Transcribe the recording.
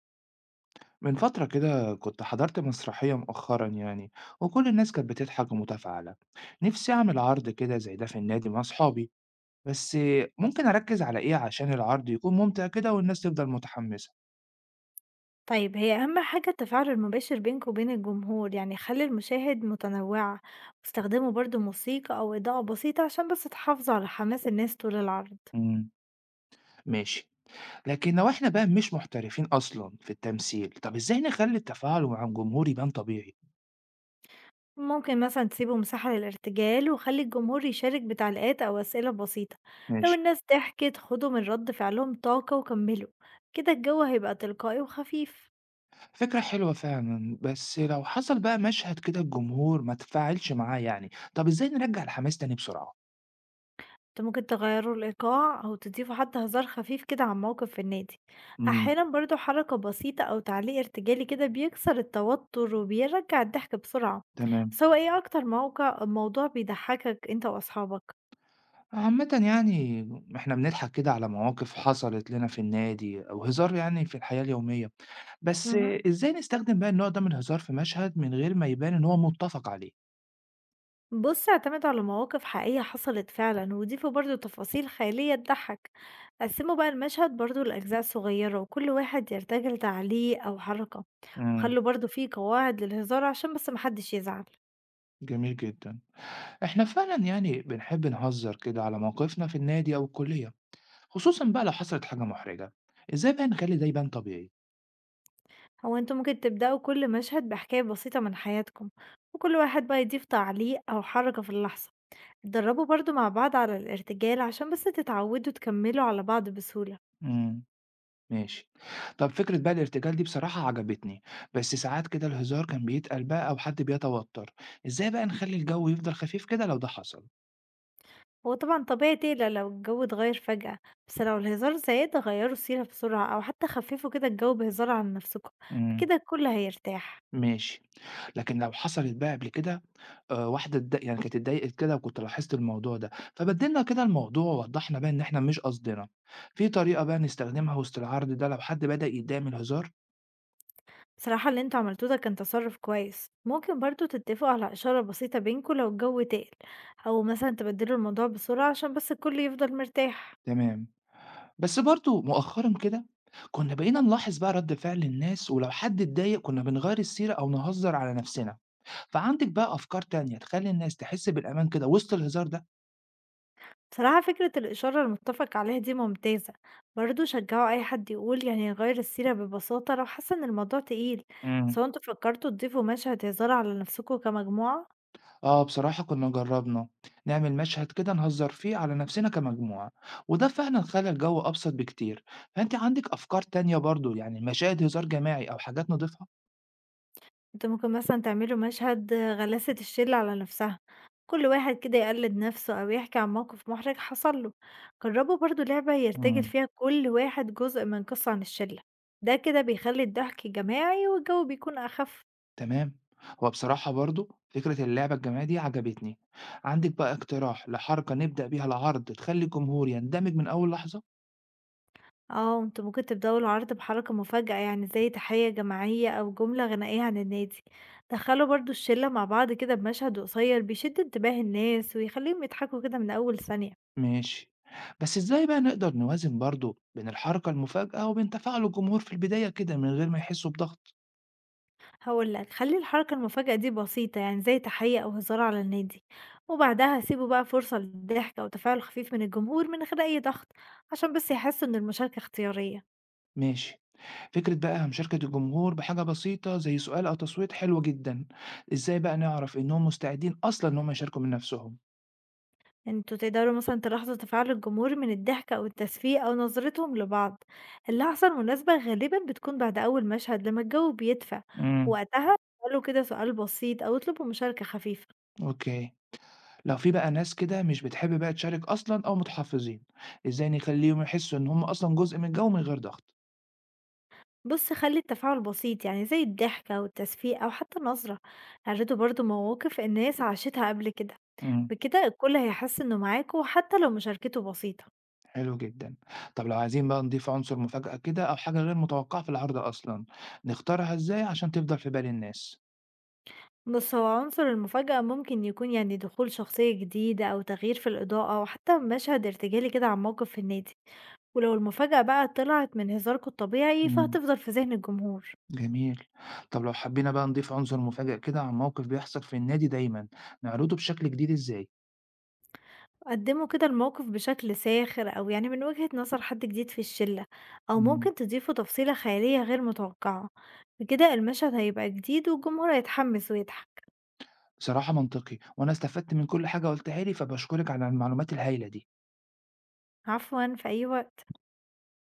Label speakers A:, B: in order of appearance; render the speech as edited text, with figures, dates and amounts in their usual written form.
A: من فترة كده كنت حضرت مسرحية مؤخرا يعني، وكل الناس كانت بتضحك ومتفاعلة. نفسي أعمل عرض كده زي ده في النادي مع أصحابي، بس ممكن أركز على إيه عشان العرض يكون ممتع كده والناس تفضل متحمسة؟
B: طيب، هي أهم حاجة التفاعل المباشر بينك وبين الجمهور. يعني خلي المشاهد متنوعة واستخدموا برضو موسيقى أو إضاءة بسيطة عشان بس تحافظوا على حماس الناس طول العرض.
A: امم ماشي. لكن لو إحنا بقى مش محترفين أصلا في التمثيل، طب إزاي نخلي التفاعل مع الجمهور يبان طبيعي؟
B: ممكن مثلا تسيبوا مساحة للارتجال وخلي الجمهور يشارك بتعليقات أو أسئلة بسيطة. لو
A: ماشي.
B: الناس ضحكت خدوا من رد فعلهم طاقة وكملوا. كده الجو هيبقى تلقائي وخفيف.
A: فكرة حلوة فعلا، بس لو حصل بقى مشهد كده الجمهور ما تفاعلش معاه يعني، طب إزاي نرجع الحماس تاني بسرعة؟
B: أنتوا ممكن تغيّروا الإيقاع أو تضيفوا حتى هزار خفيف كده عن موقف في النادي،
A: امم.
B: أحيانًا برضه حركة بسيطة أو تعليق ارتجالي كده بيكسر التوتر وبيرجّع الضحك بسرعة،
A: تمام.
B: بس هو إيه أكتر موقع موضوع بيضحّكك أنت وأصحابك؟
A: عامةً يعني إحنا بنضحك كده على مواقف حصلت لنا في النادي أو هزار يعني في الحياة اليومية، بس
B: اهم.
A: إزاي نستخدم بقى النوع ده من الهزار في مشهد من غير ما يبان إن هو متّفق عليه؟
B: بُص، اعتمدوا على مواقف حقيقية حصلت فعلًا، وضيفوا برضه تفاصيل خيالية تضحّك، قسّموا بقى المشهد برضه لأجزاء صغيّرة وكل واحد يرتجل تعليق أو حركة،
A: إمم.
B: وخلّوا برضه في قواعد للهزار عشان بس ما حدش يزعل.
A: جميل جدًا. إحنا فعلًا يعني بنحب نهزر كده على مواقفنا في النادي أو الكلية، خصوصًا بقى لو حصلت حاجة محرجة، إزاي بقى نخلّي ده يبان طبيعي؟
B: هو انتوا ممكن تبدأوا كل مشهد بحكاية بسيطة من حياتكم، وكل واحد بقى يضيف تعليق أو حركة في اللحظة. اتدربوا برضو مع بعض على الارتجال عشان بس تتعودوا تكملوا على بعض بسهولة.
A: إمم. ماشي. طب فكرة بقى الارتجال دي بصراحة عجبتني، بس ساعات كده الهزار كان بيتقل بقى أو حد بيتوتر، إزاي بقى نخلي الجو يفضل خفيف كده لو ده حصل؟
B: هو طبعا طبيعي تقلق لو الجو اتغير فجأة، بس لو الهزار زاد غيروا السيرة بسرعة أو حتى خففوا كده الجو بهزار عن نفسكم.
A: إمم.
B: بكده الكل هيرتاح.
A: ماشي. لكن لو حصلت بقى قبل كده واحدة اتض يعني كانت اتضايقت كده وكنت لاحظت الموضوع ده، فبدّلنا كده الموضوع ووضّحنا بقى إن إحنا مش قصدنا، في طريقة بقى نستخدمها وسط العرض ده لو حد بدأ يتضايق من الهزار؟
B: بصراحة اللي انتوا عملتوه ده كان تصرف كويس. ممكن برضو تتفقوا على إشارة بسيطة بينكم لو الجو تقل، أو مثلا تبدلوا الموضوع بسرعة عشان بس الكل يفضل مرتاح.
A: تمام. بس برضه مؤخرًا كده كنا بقينا نلاحظ بقى رد فعل الناس، ولو حد اتضايق كنا بنغيّر السيرة أو نهزّر على نفسنا، فعندِك بقى أفكار تانية تخلّي الناس تحس بالأمان كده وسط الهزار ده؟
B: بصراحة فكرة الإشارة المتفق عليها دي ممتازة. برضه شجعوا أي حد يقول، يعني يغير السيرة ببساطة لو حس إن الموضوع تقيل،
A: امم.
B: سواء انتوا فكرتوا تضيفوا مشهد هزار على نفسكوا كمجموعة.
A: آه، بصراحة كنا جرّبنا نعمل مشهد كده نهزّر فيه على نفسنا كمجموعة، وده فعلًا خلّى الجو أبسط بكتير، فأنتِ عندِك أفكار تانية برضه يعني مشاهد هزار جماعي أو حاجات نضيفها؟
B: انتوا ممكن مثلا تعملوا مشهد غلاسة الشلة على نفسها، كل واحد كده يقلد نفسه أو يحكي عن موقف محرج حصل له. جربوا برضه لعبة يرتجل
A: امم.
B: فيها كل واحد جزء من قصة عن الشلة. ده كده بيخلي الضحك جماعي والجو بيكون أخف.
A: تمام. هو بصراحة برضه فكرة اللعبة الجماعية دي عجبتني، عندك بقى اقتراح لحركة نبدأ بيها العرض تخلي الجمهور يندمج من أول لحظة؟
B: آه، أنتم ممكن تبدأوا العرض بحركة مفاجأة، يعني زي تحية جماعية أو جملة غنائية عن النادي. دخلوا برضو الشلة مع بعض كده بمشهد قصير بيشد انتباه الناس ويخليهم يضحكوا كده من أول ثانية.
A: ماشي، بس إزاي بقى نقدر نوازن برضه بين الحركة المفاجأة وبين تفاعل الجمهور في البداية كده من غير ما يحسوا بضغط؟
B: هقول لك، خلي الحركة المفاجأة دي بسيطة، يعني زي تحية أو هزار على النادي، وبعدها سيبوا بقى فرصة للضحك أو تفاعل خفيف من الجمهور من غير أي ضغط، عشان بس يحسوا إن المشاركة اختيارية.
A: ماشي. فكرة بقى مشاركة الجمهور بحاجة بسيطة زي سؤال أو تصويت حلوة جدا، إزاي بقى نعرف إنهم مستعدين أصلا إن هم يشاركوا من نفسهم؟
B: أنتم تقدروا مثلًا تلاحظوا تفاعل الجمهور من الضحك أو التسفيه أو نظرتهم لبعض، اللحظة المناسبة غالبًا بتكون بعد أول مشهد لما الجو بيدفى،
A: امم.
B: وقتها اسألوا كده سؤال بسيط أو اطلبوا مشاركة خفيفة.
A: أوكي. لو في بقى ناس كده مش بتحب بقى تشارك أصلا أو متحفظين، إزاي نخليهم يحسوا إن هم أصلا جزء من الجو من غير ضغط؟
B: بُص، خلّي التفاعل بسيط، يعني زي الضحك أو التسفيه أو حتى النظرة، اعرضوا برضه مواقف الناس عاشتها قبل كده،
A: امم.
B: بكده الكل هيحس إنه معاكم حتى لو مشاركته بسيطة.
A: حلو جدا. طب لو عايزين بقى نضيف عنصر مفاجأة كده أو حاجة غير متوقعة في العرض أصلا، نختارها إزاي عشان تفضل في بال الناس؟
B: بُص، هو عنصر المفاجأة ممكن يكون، يعني دخول شخصية جديدة أو تغيير في الإضاءة أو حتى مشهد ارتجالي كده عن موقف في النادي، ولو المفاجأة بقى طلعت من هزاركم الطبيعي
A: مم.
B: فهتفضل في ذهن الجمهور.
A: جميل. طب لو حبينا بقى نضيف عنصر مفاجأ كده عن موقف بيحصل في النادي دايما، نعرضه بشكل جديد إزاي؟
B: قدموا كده الموقف بشكل ساخر أو يعني من وجهة نظر حد جديد في الشلة، أو
A: مم.
B: ممكن تضيفوا تفصيلة خيالية غير متوقعة، بكده المشهد هيبقى جديد والجمهور هيتحمس ويضحك.
A: بصراحة منطقي، وأنا استفدت من كل حاجة قلتها لي، فبشكرك على المعلومات الهائلة دي.
B: عفوا، في أي وقت.